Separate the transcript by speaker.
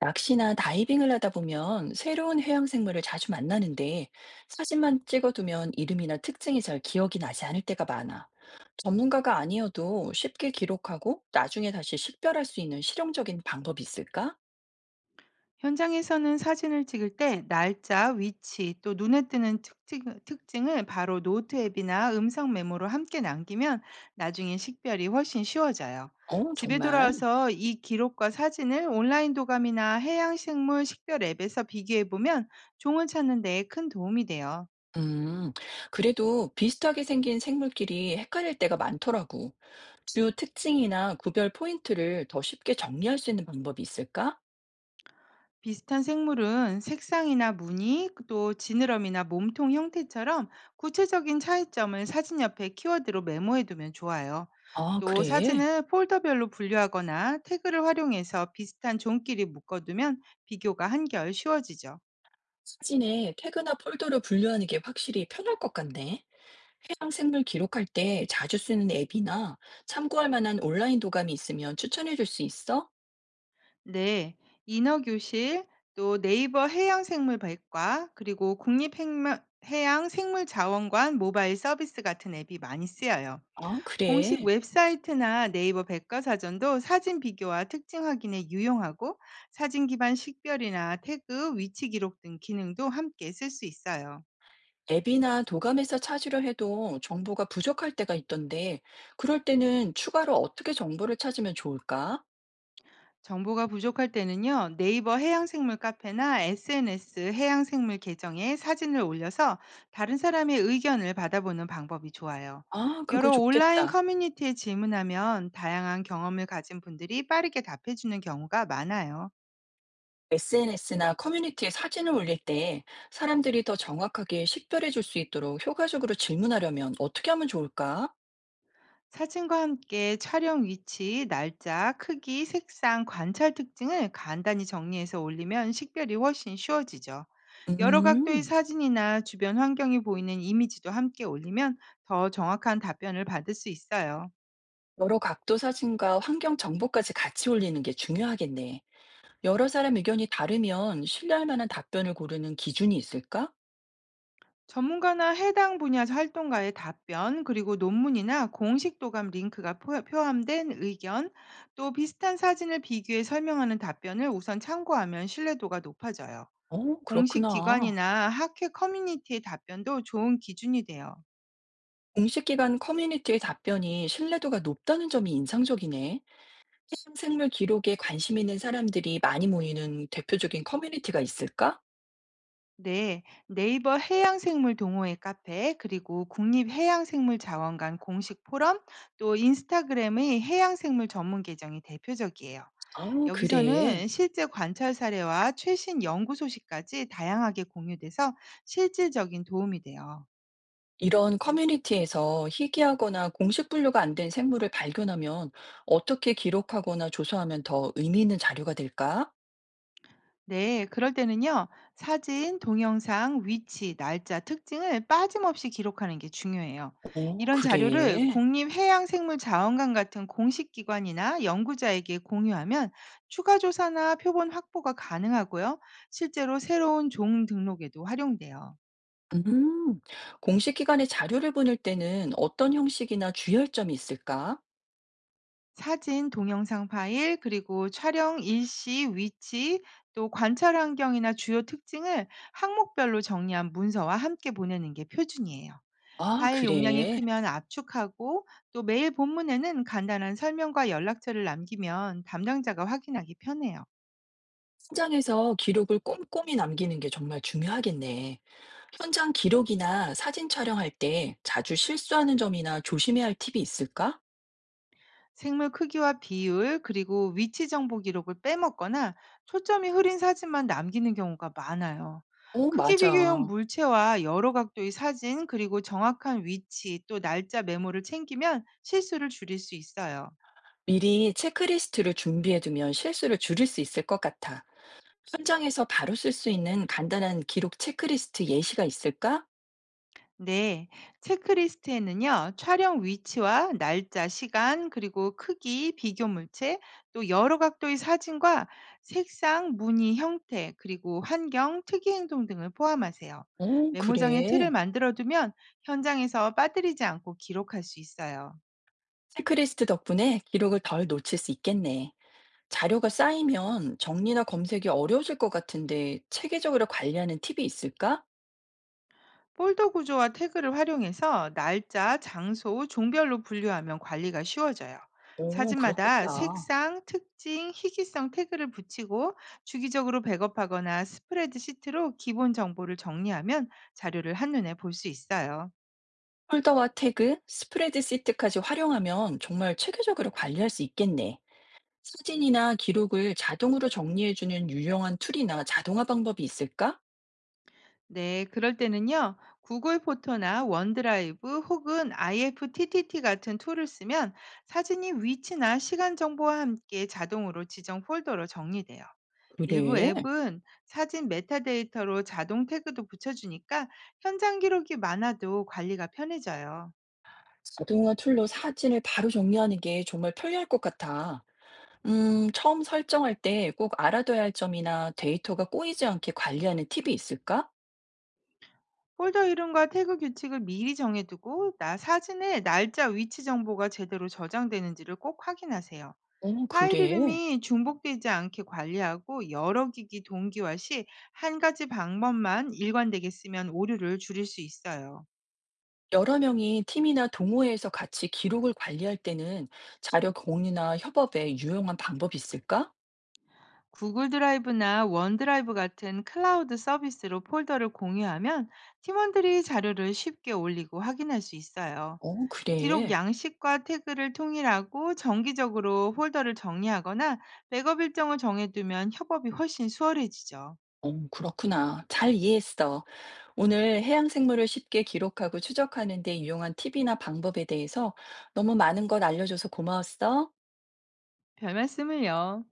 Speaker 1: 낚시나 다이빙을 하다 보면 새로운 해양 생물을 자주 만나는데 사진만 찍어두면 이름이나 특징이 잘 기억이 나지 않을 때가 많아. 전문가가 아니어도 쉽게 기록하고 나중에 다시 식별할 수 있는 실용적인 방법이 있을까?
Speaker 2: 현장에서는 사진을 찍을 때 날짜, 위치, 또 눈에 띄는 특징, 을 바로 노트 앱이나 음성 메모로 함께 남기면 나중에 식별이 훨씬 쉬워져요.
Speaker 1: 어,
Speaker 2: 집에
Speaker 1: 정말?
Speaker 2: 돌아와서 이 기록과 사진을 온라인 도감이나 해양생물 식별 앱에서 비교해 보면 종을 찾는 데 큰 도움이 돼요.
Speaker 1: 음, 그래도 비슷하게 생긴 생물끼리 헷갈릴 때가 많더라고. 주요 특징이나 구별 포인트를 더 쉽게 정리할 수 있는 방법이 있을까?
Speaker 2: 비슷한 생물은 색상이나 무늬, 또 지느러미나 몸통 형태처럼 구체적인 차이점을 사진 옆에 키워드로 메모해두면 좋아요.
Speaker 1: 아,
Speaker 2: 또
Speaker 1: 그래.
Speaker 2: 사진을 폴더별로 분류하거나 태그를 활용해서 비슷한 종끼리 묶어두면 비교가 한결 쉬워지죠.
Speaker 1: 사진에 태그나 폴더로 분류하는 게 확실히 편할 것 같네. 해양 생물 기록할 때 자주 쓰는 앱이나 참고할 만한 온라인 도감이 있으면 추천해 줄 수 있어?
Speaker 2: 네, 인어교실, 또 네이버 해양생물백과 그리고 국립해양생물자원관 모바일 서비스 같은 앱이 많이 쓰여요.
Speaker 1: 아, 그래.
Speaker 2: 공식 웹사이트나 네이버 백과사전도 사진 비교와 특징 확인에 유용하고 사진 기반 식별이나 태그, 위치 기록 등 기능도 함께 쓸 수 있어요.
Speaker 1: 앱이나 도감에서 찾으려 해도 정보가 부족할 때가 있던데, 그럴 때는 추가로 어떻게 정보를 찾으면 좋을까?
Speaker 2: 정보가 부족할 때는요, 네이버 해양생물 카페나 SNS 해양생물 계정에 사진을 올려서 다른 사람의 의견을 받아보는 방법이 좋아요.
Speaker 1: 아, 그거
Speaker 2: 여러 온라인
Speaker 1: 좋겠다.
Speaker 2: 커뮤니티에 질문하면 다양한 경험을 가진 분들이 빠르게 답해주는 경우가 많아요.
Speaker 1: SNS나 커뮤니티에 사진을 올릴 때 사람들이 더 정확하게 식별해 줄 수 있도록 효과적으로 질문하려면 어떻게 하면 좋을까?
Speaker 2: 사진과 함께 촬영 위치, 날짜, 크기, 색상, 관찰 특징을 간단히 정리해서 올리면 식별이 훨씬 쉬워지죠. 여러 각도의
Speaker 1: 음.
Speaker 2: 사진이나 주변 환경이 보이는 이미지도 함께 올리면 더 정확한 답변을 받을 수 있어요.
Speaker 1: 여러 각도 사진과 환경 정보까지 같이 올리는 게 중요하겠네. 여러 사람 의견이 다르면 신뢰할 만한 답변을 고르는 기준이 있을까?
Speaker 2: 전문가나 해당 분야 활동가의 답변, 그리고 논문이나 공식 도감 링크가 포함된 의견, 또 비슷한 사진을 비교해 설명하는 답변을 우선 참고하면 신뢰도가 높아져요.
Speaker 1: 어,
Speaker 2: 공식
Speaker 1: 그렇구나.
Speaker 2: 기관이나 학회 커뮤니티의 답변도 좋은 기준이 돼요.
Speaker 1: 공식 기관 커뮤니티의 답변이 신뢰도가 높다는 점이 인상적이네. 해양생물 기록에 관심 있는 사람들이 많이 모이는 대표적인 커뮤니티가 있을까?
Speaker 2: 네, 네이버 해양생물 동호회 카페, 그리고 국립해양생물자원관 공식 포럼, 또 인스타그램의 해양생물 전문 계정이 대표적이에요.
Speaker 1: 아, 그래.
Speaker 2: 여기서는 실제 관찰 사례와 최신 연구 소식까지 다양하게 공유돼서 실질적인 도움이 돼요.
Speaker 1: 이런 커뮤니티에서 희귀하거나 공식 분류가 안 된 생물을 발견하면 어떻게 기록하거나 조사하면 더 의미 있는 자료가 될까?
Speaker 2: 네, 그럴 때는요, 사진, 동영상, 위치, 날짜, 특징을 빠짐없이 기록하는 게 중요해요.
Speaker 1: 어,
Speaker 2: 이런 자료를
Speaker 1: 그래.
Speaker 2: 국립해양생물자원관 같은 공식 기관이나 연구자에게 공유하면 추가 조사나 표본 확보가 가능하고요, 실제로 새로운 종 등록에도 활용돼요.
Speaker 1: 음, 공식 기관의 자료를 보낼 때는 어떤 형식이나 주의할점이 있을까?
Speaker 2: 사진, 동영상 파일, 그리고 촬영 일시, 위치, 또 관찰 환경이나 주요 특징을 항목별로 정리한 문서와 함께 보내는 게 표준이에요.
Speaker 1: 아,
Speaker 2: 파일 용량이
Speaker 1: 그래.
Speaker 2: 크면 압축하고 또 메일 본문에는 간단한 설명과 연락처를 남기면 담당자가 확인하기 편해요.
Speaker 1: 현장에서 기록을 꼼꼼히 남기는 게 정말 중요하겠네. 현장 기록이나 사진 촬영할 때 자주 실수하는 점이나 조심해야 할 팁이 있을까?
Speaker 2: 생물 크기와 비율, 그리고 위치 정보 기록을 빼먹거나 초점이 흐린 사진만 남기는 경우가 많아요.
Speaker 1: 어,
Speaker 2: 크기 비교용
Speaker 1: 맞아.
Speaker 2: 물체와 여러 각도의 사진, 그리고 정확한 위치 또 날짜 메모를 챙기면 실수를 줄일 수 있어요.
Speaker 1: 미리 체크리스트를 준비해두면 실수를 줄일 수 있을 것 같아. 현장에서 바로 쓸 수 있는 간단한 기록 체크리스트 예시가 있을까?
Speaker 2: 네, 체크리스트에는요, 촬영 위치와 날짜, 시간, 그리고 크기, 비교 물체, 또 여러 각도의 사진과 색상, 무늬, 형태, 그리고 환경, 특이 행동 등을 포함하세요.
Speaker 1: 어,
Speaker 2: 메모장의 틀을
Speaker 1: 그래.
Speaker 2: 만들어두면 현장에서 빠뜨리지 않고 기록할 수 있어요.
Speaker 1: 체크리스트 덕분에 기록을 덜 놓칠 수 있겠네. 자료가 쌓이면 정리나 검색이 어려워질 것 같은데 체계적으로 관리하는 팁이 있을까?
Speaker 2: 폴더 구조와 태그를 활용해서 날짜, 장소, 종별로 분류하면 관리가 쉬워져요.
Speaker 1: 오,
Speaker 2: 사진마다
Speaker 1: 그렇겠다.
Speaker 2: 색상, 특징, 희귀성 태그를 붙이고 주기적으로 백업하거나 스프레드 시트로 기본 정보를 정리하면 자료를 한눈에 볼 수 있어요.
Speaker 1: 폴더와 태그, 스프레드시트까지 활용하면 정말 체계적으로 관리할 수 있겠네. 사진이나 기록을 자동으로 정리해주는 유용한 툴이나 자동화 방법이 있을까?
Speaker 2: 네, 그럴 때는요, 구글 포토나 원드라이브 혹은 IFTTT 같은 툴을 쓰면 사진이 위치나 시간 정보와 함께 자동으로 지정 폴더로 정리돼요. 일부
Speaker 1: 그래.
Speaker 2: 앱은 사진 메타데이터로 자동 태그도 붙여주니까 현장 기록이 많아도 관리가 편해져요.
Speaker 1: 자동화 툴로 사진을 바로 정리하는 게 정말 편리할 것 같아. 처음 설정할 때 꼭 알아둬야 할 점이나 데이터가 꼬이지 않게 관리하는 팁이 있을까?
Speaker 2: 폴더 이름과 태그 규칙을 미리 정해두고 나 사진의 날짜 위치 정보가 제대로 저장되는지를 꼭 확인하세요.
Speaker 1: 어,
Speaker 2: 파일
Speaker 1: 그래.
Speaker 2: 이름이 중복되지 않게 관리하고 여러 기기 동기화 시 한 가지 방법만 일관되게 쓰면 오류를 줄일 수 있어요.
Speaker 1: 여러 명이 팀이나 동호회에서 같이 기록을 관리할 때는 자료 공유나 협업에 유용한 방법이 있을까?
Speaker 2: 구글 드라이브나 원드라이브 같은 클라우드 서비스로 폴더를 공유하면 팀원들이 자료를 쉽게 올리고 확인할 수 있어요.
Speaker 1: 어,
Speaker 2: 기록
Speaker 1: 그래.
Speaker 2: 양식과 태그를 통일하고 정기적으로 폴더를 정리하거나 백업 일정을 정해두면 협업이 훨씬 수월해지죠.
Speaker 1: 어, 그렇구나. 잘 이해했어. 오늘 해양 생물을 쉽게 기록하고 추적하는 데 유용한 팁이나 방법에 대해서 너무 많은 것 알려줘서 고마웠어.
Speaker 2: 별 말씀을요.